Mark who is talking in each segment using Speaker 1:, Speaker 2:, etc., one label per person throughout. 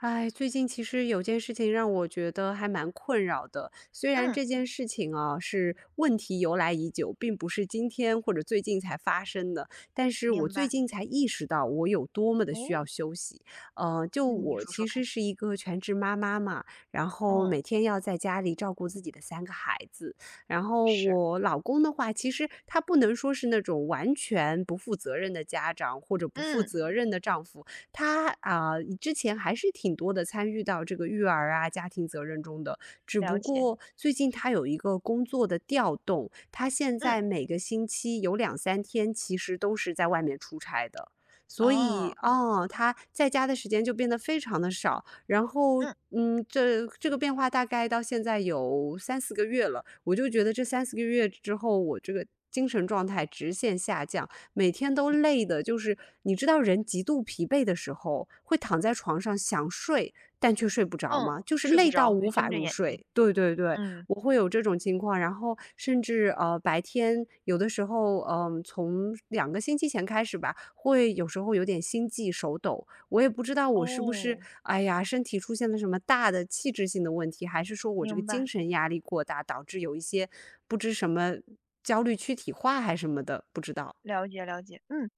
Speaker 1: 哎，最近其实有件事情让我觉得还蛮困扰的。虽然这
Speaker 2: 嗯，
Speaker 1: 件事情啊，是问题由来已久，并不是今天或者最近才发生的，但是我
Speaker 2: 明
Speaker 1: 最
Speaker 2: 白。
Speaker 1: 近才意识到我有多么的需
Speaker 2: 哦，
Speaker 1: 要休息。就
Speaker 2: 嗯，你
Speaker 1: 我
Speaker 2: 说说
Speaker 1: 其实
Speaker 2: 看。
Speaker 1: 是一个全职妈妈嘛，然后
Speaker 2: 嗯，
Speaker 1: 每天要在家里照顾自己的三个孩子，然后
Speaker 2: 是，
Speaker 1: 我老公的话，其实他不能说是那种完全不负责任的家长或者不负
Speaker 2: 嗯，
Speaker 1: 责任的丈夫，他啊，之前还是挺多的参与到这个育儿啊、家庭责任中的，只不
Speaker 2: 了解，
Speaker 1: 过最近他有一个工作的调动，他现在
Speaker 2: 嗯，
Speaker 1: 每个星期有两三天其实都是在外面出差的。所以，
Speaker 2: 哦，
Speaker 1: 哦，他在家的时间就变得非常的少，然后，
Speaker 2: 嗯
Speaker 1: 嗯，这个变化大概到现在有三四个月了，我就觉得这三四个月之后，我这个精神状态直线下降，每天都累的，就是你知道人极度疲惫的时候，会躺在床上想睡，但却睡不着
Speaker 2: 嗯，
Speaker 1: 吗？就是
Speaker 2: 睡不
Speaker 1: 累到
Speaker 2: 着，
Speaker 1: 无
Speaker 2: 对，
Speaker 1: 法
Speaker 2: 睁着
Speaker 1: 入
Speaker 2: 眼睛，
Speaker 1: 睡。对对对，
Speaker 2: 嗯，
Speaker 1: 我会有这种情况，然后甚至白天有的时候，从两个星期前开始吧，会有时候有点心悸、手抖，我也不知道我是不是
Speaker 2: 哦，
Speaker 1: 哎呀身体出现了什么大的器质性的问题，还是说我这个
Speaker 2: 明
Speaker 1: 精
Speaker 2: 白，
Speaker 1: 神压力过大导致有一些不知什么焦虑躯体化还是什么的，不知道。
Speaker 2: 了解了解，嗯。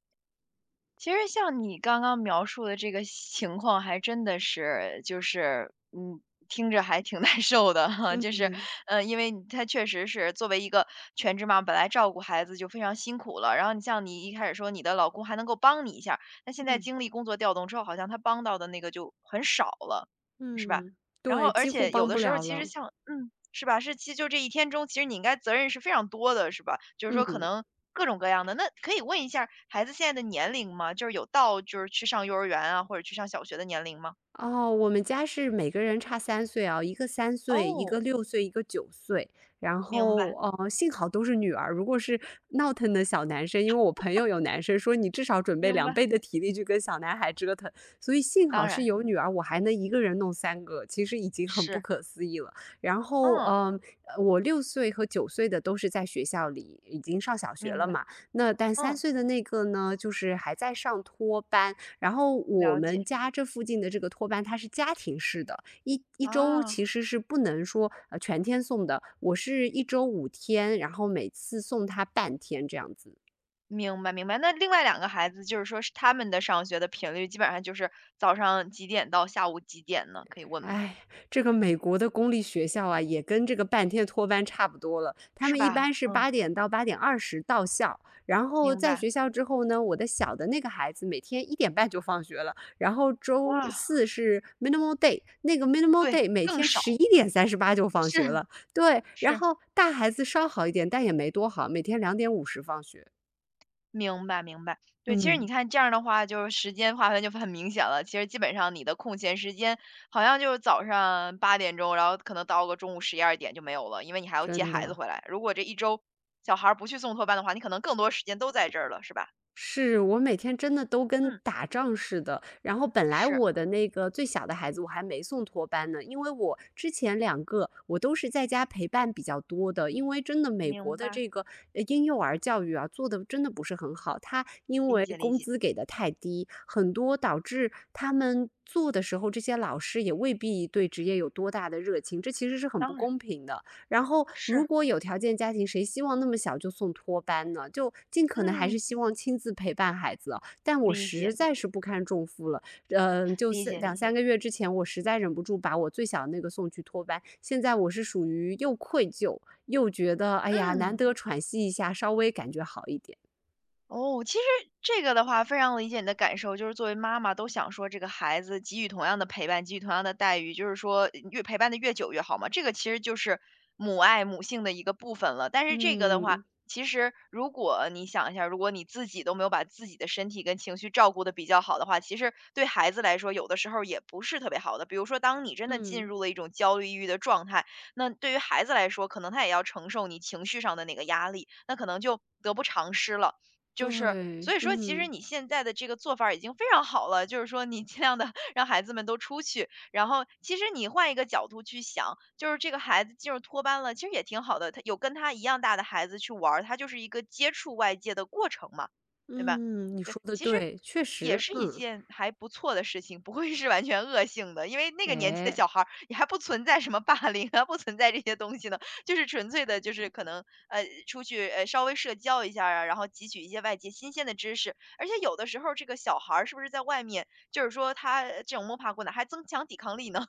Speaker 2: 其实像你刚刚描述的这个情况，还真的是，就是，嗯，听着还挺 难受的哈，
Speaker 1: 嗯
Speaker 2: 就是，
Speaker 1: 嗯
Speaker 2: 因为他确实是作为一个全职妈，本来照顾孩子就非常辛苦了，然后你像你一开始说你的老公还能够帮你一下儿，那现在
Speaker 1: 嗯
Speaker 2: 经历工作调动之后，好像他帮到的那个就很少了，是吧？
Speaker 1: 嗯，
Speaker 2: 然后
Speaker 1: 对，
Speaker 2: 而
Speaker 1: 几乎
Speaker 2: 且有
Speaker 1: 帮
Speaker 2: 的
Speaker 1: 不
Speaker 2: 时候
Speaker 1: 了
Speaker 2: 其实
Speaker 1: 了，
Speaker 2: 像嗯。是吧？是其实就这一天中，其实你应该责任是非常多的，是吧？就是说可
Speaker 1: 嗯。
Speaker 2: 能各种各样的，那可以问一下儿孩子现在的年龄吗？就是有到就是去上幼儿园啊，或者去上小学的年龄吗？
Speaker 1: 哦，我们家是每个人差三岁啊，一个三岁，一个
Speaker 2: 哦，
Speaker 1: 六岁，一个九岁。然
Speaker 2: 明
Speaker 1: 后，
Speaker 2: 白，
Speaker 1: 哦，幸好都是女儿，如果是闹腾的小男生因为我朋友有男生说："你至少准备
Speaker 2: 明
Speaker 1: 两
Speaker 2: 白，
Speaker 1: 倍的体力去跟小男孩折腾。"所以幸好
Speaker 2: 当
Speaker 1: 是
Speaker 2: 然
Speaker 1: 有女儿，我还能一个人弄三个，其实已经很不
Speaker 2: 是，
Speaker 1: 可思议了。然后，
Speaker 2: 嗯，
Speaker 1: 嗯，我六岁和九岁的都是在学校里，已经上小学
Speaker 2: 明
Speaker 1: 了
Speaker 2: 白，
Speaker 1: 嘛。那但三
Speaker 2: 嗯，
Speaker 1: 岁的那个呢，就是还在上托班，然后我
Speaker 2: 了
Speaker 1: 们
Speaker 2: 解，
Speaker 1: 家这附近的这个托班它是家庭式的，一周
Speaker 2: 啊，
Speaker 1: 其实是不能说全天送的，我是一周5天，然后每次送他半天这样子。
Speaker 2: 明白，明白。那另外两个孩子，就是说是他们的上学的频率，基本上就是早上几点到下午几点呢？可以问吗？
Speaker 1: 哎，这个美国的公立学校啊，也跟这个半天托班差不多了。他
Speaker 2: 是
Speaker 1: 们一
Speaker 2: 吧？
Speaker 1: 般是
Speaker 2: 嗯，
Speaker 1: 八点到8:20到校，然后
Speaker 2: 明
Speaker 1: 在
Speaker 2: 白。
Speaker 1: 学校之后呢，我的小的那个孩子每天1:30就放学了，然后周
Speaker 2: 哇，
Speaker 1: 四是 minimal day,那个 minimal
Speaker 2: 对，
Speaker 1: day 每
Speaker 2: 更
Speaker 1: 天
Speaker 2: 少，
Speaker 1: 11:38就放学
Speaker 2: 是
Speaker 1: 了。对，然
Speaker 2: 是。
Speaker 1: 后大孩子稍好一点，但也没多好，每天2:50放学。
Speaker 2: 明白明白，对，其实你
Speaker 1: 嗯，
Speaker 2: 看这样的话，就是时间划分就很明显了。其实基本上你的空闲时间，好像就是早上8点钟，然后可能到个中午11、12点就没有了，因为你还要接
Speaker 1: 真
Speaker 2: 孩子
Speaker 1: 的。
Speaker 2: 回来。如果这一周小孩儿不去送托班的话，你可能更多时间都在这儿了，是吧？
Speaker 1: 是，我每天真的都跟
Speaker 2: 嗯，
Speaker 1: 打仗似的。然后本来
Speaker 2: 是，
Speaker 1: 我的那个最小的孩子我还没送托班呢，因为我之前两个我都是在家陪伴比较多的。因为真的美国
Speaker 2: 明
Speaker 1: 的
Speaker 2: 白，
Speaker 1: 这个婴幼儿教育啊，做的真的不是很好。他因
Speaker 2: 理
Speaker 1: 为
Speaker 2: 解理
Speaker 1: 工
Speaker 2: 解，
Speaker 1: 资给的太低，很多导致他们做的时候，这些老师也未必对职业有多大的热情，这其实是很不
Speaker 2: 当然
Speaker 1: 公平的。然后，如
Speaker 2: 是，
Speaker 1: 果有条件家庭，谁希望那么小就送托班呢？就尽可能还是
Speaker 2: 嗯，
Speaker 1: 希望亲自陪伴孩子啊但我
Speaker 2: 理
Speaker 1: 实
Speaker 2: 解
Speaker 1: 在是不堪重负了，就
Speaker 2: 理
Speaker 1: 是
Speaker 2: 解理
Speaker 1: 两三
Speaker 2: 解，
Speaker 1: 个月之前，我实在忍不住把我最小的那个送去托班。现在我是属于又愧疚又觉得，哎呀，难
Speaker 2: 嗯。
Speaker 1: 得喘息一下，稍微感觉好一点。
Speaker 2: 哦，其实这个的话非常理解你的感受，就是作为妈妈都想说这个孩子给予同样的陪伴，给予同样的待遇，就是说越陪伴的越久越好嘛。这个其实就是母爱母性的一个部分了。但是这个的话，
Speaker 1: 嗯
Speaker 2: 其实如果你想一下，如果你自己都没有把自己的身体跟情绪照顾的比较好的话，其实对孩子来说，有的时候也不是特别好的。比如说，当你真的进
Speaker 1: 嗯，
Speaker 2: 入了一种焦虑抑郁的状态，那对于孩子来说，可能他也要承受你情绪上的那个压力，那可能就得不偿失了。就是，
Speaker 1: 对，
Speaker 2: 所以说其实
Speaker 1: 嗯
Speaker 2: 你现在的这个做法儿已经非常好了，就是说你尽量的 让孩子们都出去，然后其实你换一个角度去想，就是这个孩子进入托班了，其实也挺好的，他有跟他一样大的孩子去玩儿，他就是一个接触外界的过程嘛，对吧？
Speaker 1: 嗯，你
Speaker 2: 对，
Speaker 1: 说的
Speaker 2: 其实
Speaker 1: 对，确
Speaker 2: 也
Speaker 1: 实，
Speaker 2: 是一
Speaker 1: 嗯，
Speaker 2: 件还不错的事情，不会是完全恶性的，因为那个年纪的
Speaker 1: 哎。
Speaker 2: 小孩儿也还不存在什么霸凌啊，不存在这些东西呢，就是纯粹的，就是可能出去稍微社交一下啊，然后汲取一些外界新鲜的知识。而且有的时候这个小孩儿是不是在外面，就是说他这种摸爬滚打还增强抵抗力呢？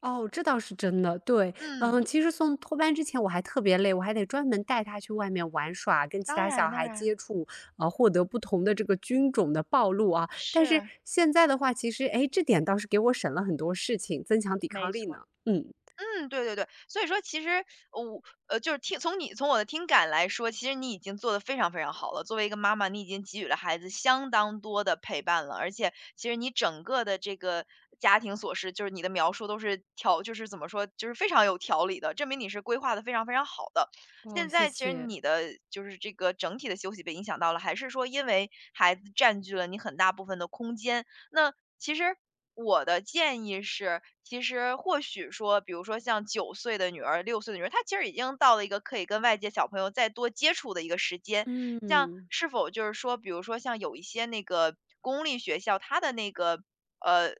Speaker 1: 哦，这倒是真的，对。
Speaker 2: 嗯，
Speaker 1: 嗯，其实送托班之前我还特别累，我还得专门带他去外面玩耍，跟其
Speaker 2: 当
Speaker 1: 他小
Speaker 2: 然当
Speaker 1: 孩
Speaker 2: 然，
Speaker 1: 接触，获得不同的这个菌种的暴露啊。但是
Speaker 2: 是
Speaker 1: 现在的话，其实，哎，这点倒是给我省了很多事情，增强抵
Speaker 2: 没
Speaker 1: 抗力呢。
Speaker 2: 错。
Speaker 1: 嗯。
Speaker 2: 嗯，对对对，所以说其实我就是听从你从我的听感来说，其实你已经做得非常非常好了。作为一个妈妈，你已经给予了孩子相当多的陪伴了，而且其实你整个的这个家庭琐事，就是你的描述都是条，就是怎么说，就是非常有条理的，证明你是规划的非常非常好的。
Speaker 1: 哦，
Speaker 2: 现
Speaker 1: 谢
Speaker 2: 在其实
Speaker 1: 谢。
Speaker 2: 你的就是这个整体的休息被影响到了，还是说因为孩子占据了你很大部分的空间？那其实我的建议是，其实或许说，比如说像9岁的女儿、6岁的女儿，她其实已经到了一个可以跟外界小朋友再多接触的一个时间。像
Speaker 1: 嗯，
Speaker 2: 是否就是说，比如说像有一些那个公立学校，它的那个呃，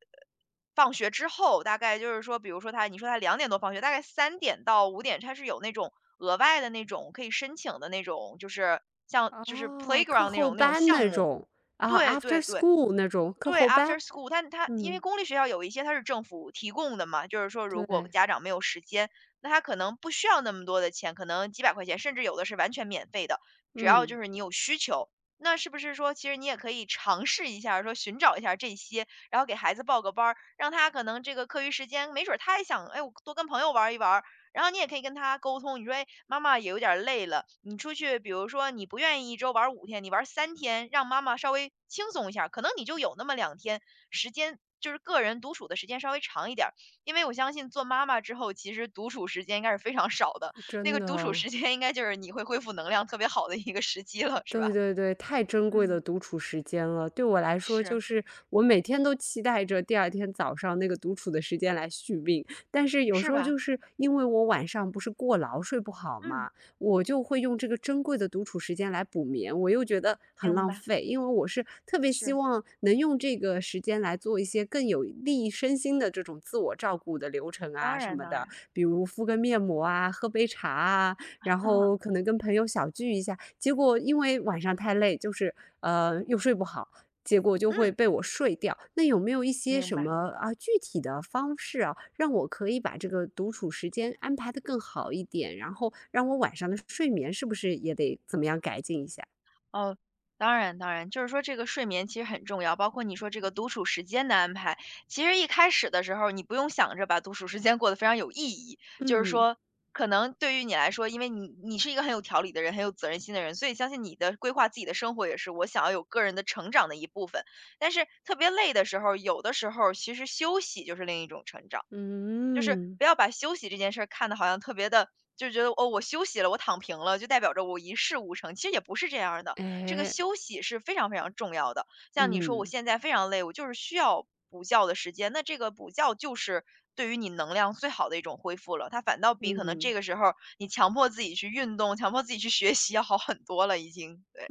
Speaker 2: 放学之后，大概就是说，比如说他，你说他2点多放学，大概3点到5点，他是有那种额外的那种可以申请的那种，就是像就是
Speaker 1: 哦，课
Speaker 2: playground 那
Speaker 1: 后
Speaker 2: 种那种
Speaker 1: 班
Speaker 2: 项
Speaker 1: 那
Speaker 2: 目。
Speaker 1: 种，啊
Speaker 2: 对
Speaker 1: ，after
Speaker 2: 对对，
Speaker 1: school 那种课
Speaker 2: 对
Speaker 1: 后班。
Speaker 2: ，after school,但他因为
Speaker 1: 嗯，
Speaker 2: 公立学校有一些它是政府提供的嘛，就是说如果
Speaker 1: 对。
Speaker 2: 家长没有时间，那他可能不需要那么多的钱，可能几百块钱，甚至有的是完全免费的，只要就
Speaker 1: 嗯，
Speaker 2: 是你有需求。那是不是说，其实你也可以尝试一下儿说寻找一下儿这些，然后给孩子报个班儿，让他可能这个课余时间，没准儿他也想，哎，我多跟朋友玩儿一玩儿，然后你也可以跟他沟通，你说："哎，妈妈也有点儿累了，你出去，比如说你不愿意一周玩儿5天，你玩儿3天，让妈妈稍微轻松一下儿可能你就有那么2天时间，就是个人独处的时间稍微长一点儿。"因为我相信做妈妈之后，其实独处时间应该是非常少的，那
Speaker 1: 真
Speaker 2: 个独处
Speaker 1: 的。
Speaker 2: 时间应该就是你会恢复能量特别好的一个时机了，是
Speaker 1: 对
Speaker 2: 吧？
Speaker 1: 对对，太珍贵
Speaker 2: 嗯，
Speaker 1: 的独处时间了。对我来说，就
Speaker 2: 是，
Speaker 1: 是我每天都期待着第二天早上那个独处的时间来续命，但是有时
Speaker 2: 是
Speaker 1: 候
Speaker 2: 吧？
Speaker 1: 就是因为我晚上不是过劳睡不好
Speaker 2: 嗯，
Speaker 1: 嘛，我就会用这个珍贵的独处时间来补眠，我又觉得很
Speaker 2: 明
Speaker 1: 浪
Speaker 2: 白，
Speaker 1: 费，因为我是特别希
Speaker 2: 是，
Speaker 1: 望能用这个时间来做一些更有利于身心的这种自我照顾的流程啊
Speaker 2: 当
Speaker 1: 什
Speaker 2: 然
Speaker 1: 么
Speaker 2: 当
Speaker 1: 的，
Speaker 2: 然，
Speaker 1: 比如敷个面膜啊，喝杯茶啊，然后可能跟朋友小聚一下，结果因为晚上太累，就是又睡不好，结果就 会
Speaker 2: 嗯，
Speaker 1: 被我睡掉。那有没有一些
Speaker 2: 明
Speaker 1: 什
Speaker 2: 白。
Speaker 1: 么啊具体的方式啊，让我可以把这个独处时间安排的更好一点，然后让我晚上的睡眠是不是也得怎么样改进一下？
Speaker 2: 哦，当然当然，就是说这个睡眠其实很重要，包括你说这个独处时间的安排。其实一开始的时候，你不用想着把独处时间过得非常有意义，就是
Speaker 1: 嗯
Speaker 2: 说，可能对于你来说，因为你是一个很有条理的人，很有责任心的人，所以相信你的规划自己的生活也是我想要有个人的成长的一部分。但是特别累的时候，有的时候其实休息就是另一种成长。就是
Speaker 1: 嗯，
Speaker 2: 不要把休息这件事儿看的好像特别的，就是觉得哦，我休息了，我躺平了，就代表着我一事无成。其实也不是这样儿的，这个
Speaker 1: 哎，
Speaker 2: 休息是非常非常重要的。像你说我
Speaker 1: 嗯
Speaker 2: 现在非常累，我就是需要补觉的时间，那这个补觉就是对于你能量最好的一种恢复了。它反倒比可能
Speaker 1: 嗯。
Speaker 2: 这个时候儿你强迫自己去运动、强迫自己去学习要好很多了，已经。对，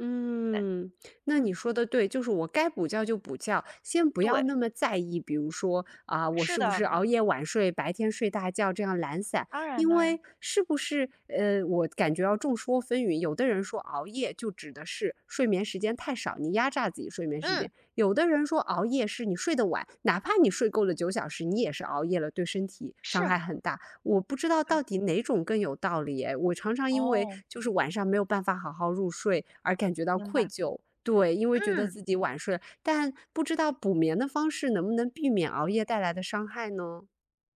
Speaker 2: 对，
Speaker 1: 那
Speaker 2: 嗯，
Speaker 1: 你说的对，就是我该补觉就补觉，先不要
Speaker 2: 对，
Speaker 1: 那么在意，比如说啊、我
Speaker 2: 是
Speaker 1: 是不是
Speaker 2: 的，
Speaker 1: 熬夜晚睡，白天睡大觉这样懒散？
Speaker 2: 当然
Speaker 1: 因
Speaker 2: 当然，
Speaker 1: 为是不是我感觉要众说纷纭，有的人说熬夜就指的是睡眠时间太少，你压榨自己睡眠时间；
Speaker 2: 嗯，
Speaker 1: 有的人说熬夜是你睡得晚，哪怕你睡够了9小时，你也是熬夜了，对身体
Speaker 2: 是，
Speaker 1: 伤害很大。我不知道到
Speaker 2: 对，
Speaker 1: 底哪种更有道理诶，我常常因为
Speaker 2: 哦，
Speaker 1: 就是晚上没有办法好好入睡而感觉到
Speaker 2: 明
Speaker 1: 愧
Speaker 2: 白，
Speaker 1: 疚，对，因为觉得
Speaker 2: 嗯。
Speaker 1: 自己晚睡，但不知道补眠的方式能不能避免熬夜带来的伤害呢？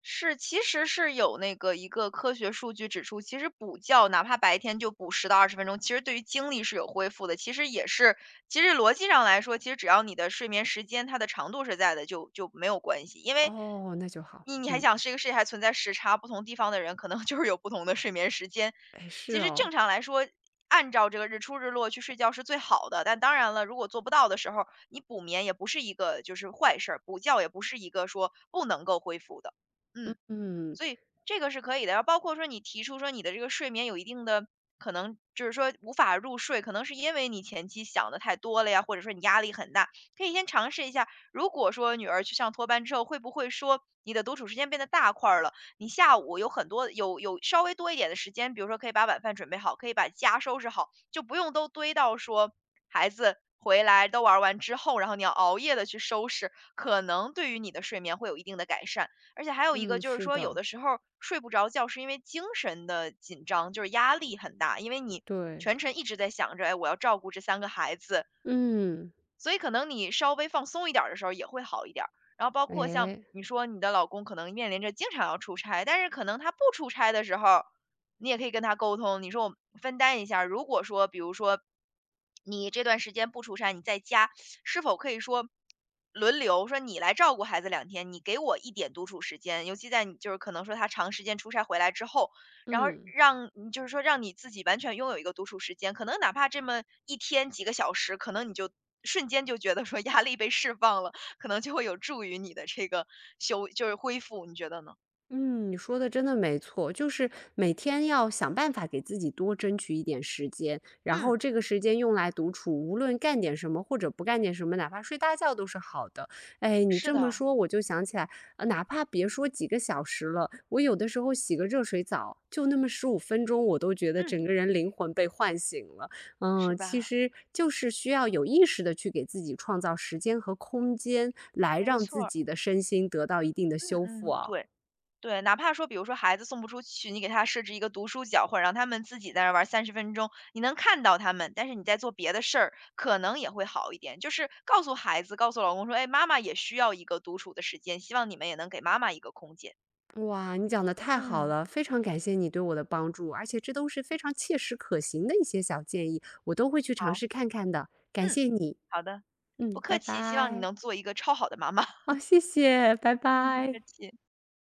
Speaker 2: 是，其实是有那个一个科学数据指出，其实补觉哪怕白天就补10到20分钟，其实对于精力是有恢复的。其实也是其实逻辑上来说，其实只要你的睡眠时间它的长度是在的，就没有关系。因为
Speaker 1: 哦，那就好，
Speaker 2: 你还
Speaker 1: 嗯。
Speaker 2: 想这个世界还存在时差，不同地方的人可能 就是有不同的睡眠时间。
Speaker 1: 哎，是
Speaker 2: 其实
Speaker 1: 哦。
Speaker 2: 正常来说，按照这个日出日落去睡觉是最好的。但当然了，如果做不到的时候，你补眠也不是一个就是坏事儿，补觉也不是一个说不能够恢复的。嗯，
Speaker 1: 嗯，
Speaker 2: 所以这个是可以的。然后包括说你提出说你的这个睡眠有一定的可能，就是说无法入睡，可能是因为你前期想的太多了呀，或者说你压力很大，可以先尝试一下。如果说女儿去上托班之后，会不会说你的独处时间变得大块儿了？你下午有稍微多一点的时间，比如说可以把晚饭准备好，可以把家收拾好，就不用都堆到说孩子。回来都玩完之后，然后你要熬夜的去收拾，可能对于你的睡眠会有一定的改善。而且还有一个
Speaker 1: 嗯，
Speaker 2: 就是
Speaker 1: 是
Speaker 2: 说，有
Speaker 1: 的，
Speaker 2: 的时候睡不着觉是因为精神的紧张，就是压力很大，因为你
Speaker 1: 对，
Speaker 2: 全程一直在想着，哎，我要照顾这3个孩子，
Speaker 1: 嗯，
Speaker 2: 所以可能你稍微放松一点儿的时候也会好一点儿。然后包括像
Speaker 1: 哎，
Speaker 2: 你说你的老公可能面临着经常要出差，但是可能他不出差的时候，你也可以跟他沟通，你说我们分担一下如果说比如说你这段时间不出差，你在家，是否可以说轮流说你来照顾孩子2天，你给我一点独处时间，尤其在你就是可能说他长时间出差回来之后，然后
Speaker 1: 嗯。
Speaker 2: 让你就是说让你自己完全拥有一个独处时间，可能哪怕这么一天几个小时，可能你就瞬间就觉得说压力被释放了，可能就会有助于你的这个就是恢复，你觉得呢？
Speaker 1: 嗯，你说的真的没错，就是每天要想办法给自己多争取一点时间，然后
Speaker 2: 嗯，
Speaker 1: 这个时间用来独处，无论干点什么或者不干点什么，哪怕睡大觉都是好的。哎，你这
Speaker 2: 是
Speaker 1: 么
Speaker 2: 的，
Speaker 1: 说我就想起来，哪怕别说几个小时了，我有的时候洗个热水澡，就那么15分钟，我都觉得
Speaker 2: 嗯，
Speaker 1: 整个人灵魂被唤醒了。
Speaker 2: 是
Speaker 1: 嗯，其
Speaker 2: 吧？
Speaker 1: 实就是需要有意识的去给自己创造时间和空间，来
Speaker 2: 没
Speaker 1: 让自
Speaker 2: 错儿，
Speaker 1: 己的身心得到一定的
Speaker 2: 嗯
Speaker 1: 修复
Speaker 2: 嗯，
Speaker 1: 啊。
Speaker 2: 对。对，哪怕说比如说孩子送不出去，你给他设置一个读书角，或者让他们自己在那儿玩30分钟，你能看到他们，但是你在做别的事儿，可能也会好一点。就是告诉孩子，告诉老公说："哎，妈妈也需要一个独处的时间，希望你们也能给妈妈一个空间。"
Speaker 1: 哇，你讲的太好
Speaker 2: 嗯，
Speaker 1: 了，非常感谢你对我的帮助，而且这都是非常切实可行的一些小建议，我都会去尝
Speaker 2: 好，
Speaker 1: 试看看的，感
Speaker 2: 嗯，
Speaker 1: 谢你，
Speaker 2: 好的，不
Speaker 1: 嗯，
Speaker 2: 客
Speaker 1: 拜
Speaker 2: 气，希望你
Speaker 1: 拜。
Speaker 2: 能做一个超好的妈妈。
Speaker 1: 哦，谢谢，拜
Speaker 2: 嗯，不客
Speaker 1: 拜。
Speaker 2: 气。